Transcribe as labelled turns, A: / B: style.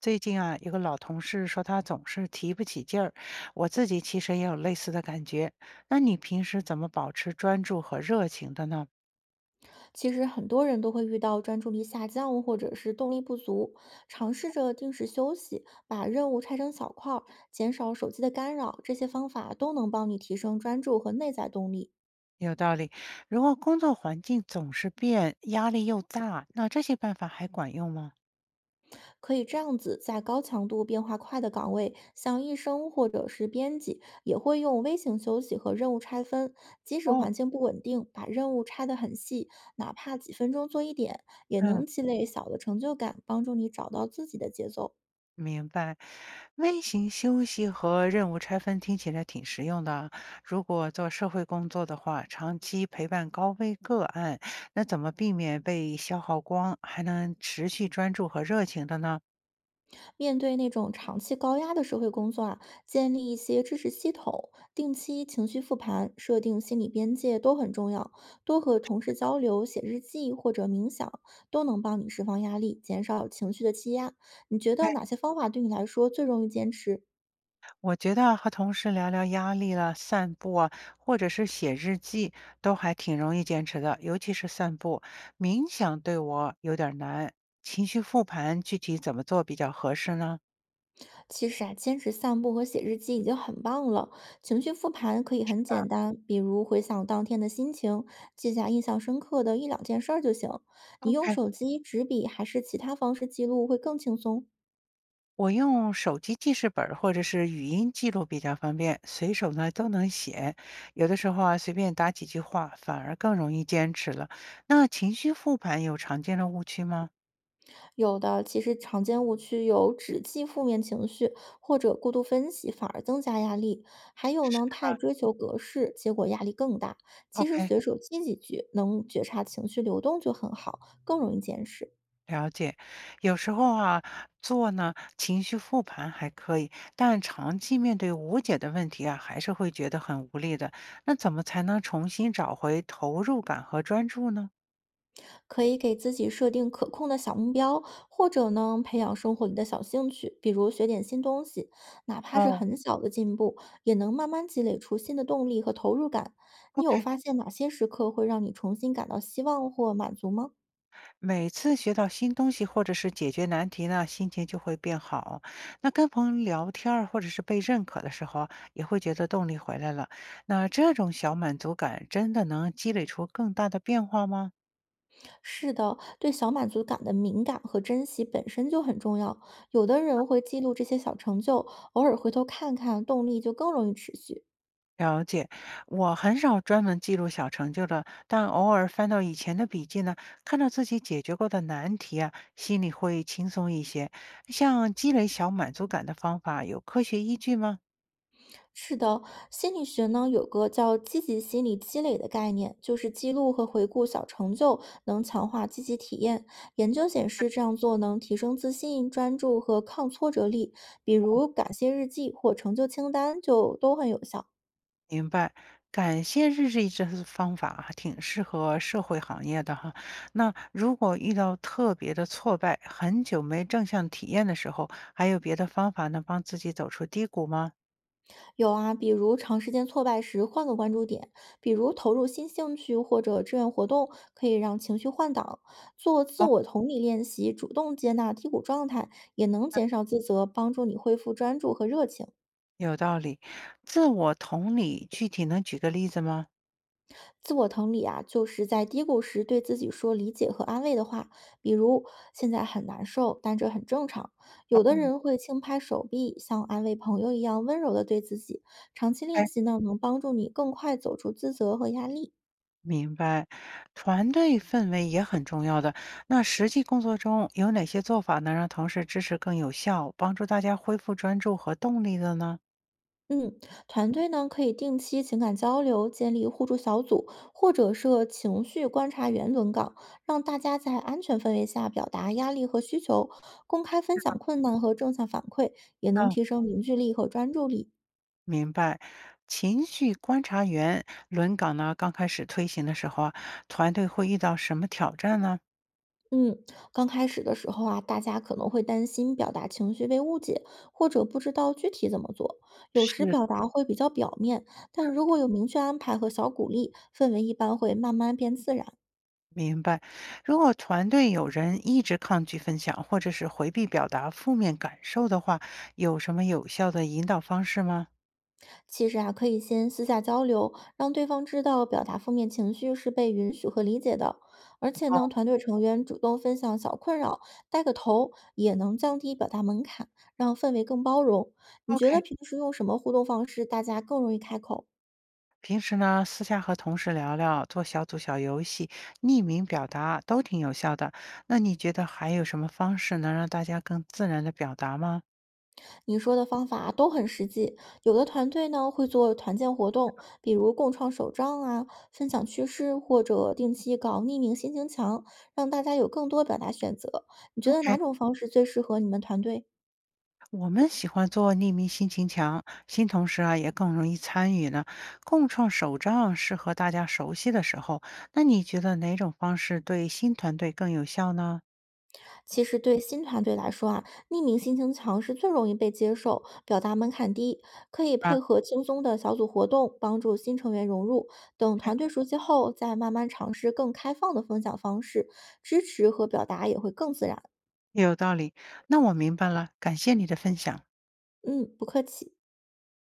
A: 最近啊，有个老同事说他总是提不起劲儿，我自己其实也有类似的感觉。那你平时怎么保持专注和热情的呢？
B: 其实很多人都会遇到专注力下降或者是动力不足，尝试着定时休息，把任务拆成小块儿，减少手机的干扰，这些方法都能帮你提升专注和内在动力。
A: 有道理。如果工作环境总是变，压力又大，那这些办法还管用吗？
B: 可以这样子，在高强度变化快的岗位，像医生或者是编辑，也会用微型休息和任务拆分。即使
A: 哦，
B: 环境不稳定，把任务拆得很细，哪怕几分钟做一点，也
A: 嗯，
B: 能积累小的成就感，帮助你找到自己的节奏。
A: 明白，微型休息和任务拆分听起来挺实用的啊。如果做社会工作的话，长期陪伴高危个案，那怎么避免被消耗光，还能持续专注和热情的呢？
B: 面对那种长期高压的社会工作啊，建立一些支持系统，定期情绪复盘，设定心理边界都很重要。多和同事交流、写日记或者冥想，都能帮你释放压力，减少情绪的积压。你觉得哪些方法对你来说最容易坚持？
A: 我觉得和同事聊聊压力了、散步啊，或者是写日记，都还挺容易坚持的，尤其是散步。冥想对我有点儿难，情绪复盘具体怎么做比较合适呢？
B: 其实啊，坚持散步和写日记已经很棒了。情绪复盘可以
A: 是
B: 很
A: 吧
B: 简单，比如回想当天的心情，记下印象深刻的一两件事儿就行。你用
A: ？OK。
B: 手机、纸笔还是其他方式记录会更轻松。
A: 我用手机记事本儿或者是语音记录比较方便，随手呢都能写。有的时候啊，随便打几句话，反而更容易坚持了。那情绪复盘有常见的误区吗
B: 有的其实常见误区有只记负面情绪或者过度分析，反而增加压力。还有呢，太追求格式，结果压力更大。其实
A: ？OK，
B: 随手记几句，能觉察情绪流动就很好，更容易坚持。
A: 了解。有时候啊，做呢情绪复盘还可以，但长期面对无解的问题啊，还是会觉得很无力的。那怎么才能重新找回投入感和专注呢？
B: 可以给自己设定可控的小目标，或者呢，培养生活里的小兴趣，比如学点新东西，哪怕是
A: 哦
B: 很小的进步，也能慢慢积累出新的动力和投入感。你有
A: ，OK。
B: 发现哪些时刻会让你重新感到希望或满足吗？
A: 每次学到新东西或者是解决难题呢，心情就会变好。那跟朋友聊天儿或者是被认可的时候啊，也会觉得动力回来了。那这种小满足感真的能积累出更大的变化吗？
B: 是的，对小满足感的敏感和珍惜本身就很重要。有的人会记录这些小成就，偶尔回头看看，动力就更容易持续。
A: 了解，我很少专门记录小成就的，但偶尔翻到以前的笔记呢，看到自己解决过的难题啊，心里会轻松一些。像积累小满足感的方法，有科学依据吗？
B: 是的，心理学呢有个叫积极心理积累的概念，就是记录和回顾小成就，能强化积极体验。研究显示，这样做能提升自信、专注和抗挫折力，比如感谢日记或成就清单就都很有效。
A: 明白，感谢日志这方法还挺适合社会行业的哈。那如果遇到特别的挫败，很久没正向体验的时候，还有别的方法能帮自己走出低谷吗？
B: 有啊，比如长时间挫败时换个关注点，比如投入新兴趣或者志愿活动，可以让情绪换挡。做自
A: 哦，
B: 我同理练习，主动接纳低谷状态，也能减少自责，帮助你恢复专注和热情。
A: 有道理。自我同理，具体能举个例子吗？
B: 自我同理啊，就是在低谷时对自己说理解和安慰的话，比如现在很难受，但这很正常。有的
A: 哦
B: 人会轻拍手臂，像安慰朋友一样温柔的对自己。长期练
A: ？OK，
B: 习呢，能帮助你更快走出自责和压力。
A: 明白。团队氛围也很重要的。那实际工作中有哪些做法能让同事支持更有效，帮助大家恢复专注和动力的呢？
B: 嗯，团队呢可以定期情感交流，建立互助小组，或者设情绪观察员轮岗，让大家在安全氛围下表达压力和需求，公开分享困难和正向反馈，也能提升凝聚力和专注力。
A: 明白，情绪观察员轮岗呢，刚开始推行的时候啊，团队会遇到什么挑战呢？
B: 嗯，刚开始的时候啊，大家可能会担心表达情绪被误解，或者不知道具体怎么做。有时
A: 是。
B: 表达会比较表面，但如果有明确安排和小鼓励，氛围一般会慢慢变自然。
A: 明白，如果团队有人一直抗拒分享，或者是回避表达负面感受的话，有什么有效的引导方式吗？
B: 其实啊，可以先私下交流，让对方知道表达负面情绪是被允许和理解的。而且
A: 哦，
B: 呢，团队成员主动分享小困扰，带个头，也能降低表达门槛，让氛围更包容。你觉
A: ？OK，
B: 得平时用什么互动方式大家更容易开口？
A: 平时呢，私下和同事聊聊，做小组小游戏，匿名表达都挺有效的。那你觉得还有什么方式能让大家更自然的表达吗？
B: 你说的方法都很实际。有的团队呢会做团建活动，比如共创手账啊，分享趣事，或者定期搞匿名心情墙，让大家有更多表达选择。你
A: o
B: 觉得
A: k。
B: 哪种方式最适合你们团队？
A: 我们喜欢做匿名心情墙，新同事啊也更容易参与呢。共创手账适合大家熟悉的时候，那你觉得哪种方式对新团队更有效呢？
B: 其实对新团队来说啊，匿名性情强是最容易被接受，表达门槛低，可以
A: 啊，
B: 配合轻松的小组活动，帮助新成员融入。等
A: 对，
B: 团队熟悉后，再慢慢尝试更开放的分享方式，支持和表达也会更自然。
A: 有道理。那我明白了，感谢你的分享。
B: 嗯，不客气。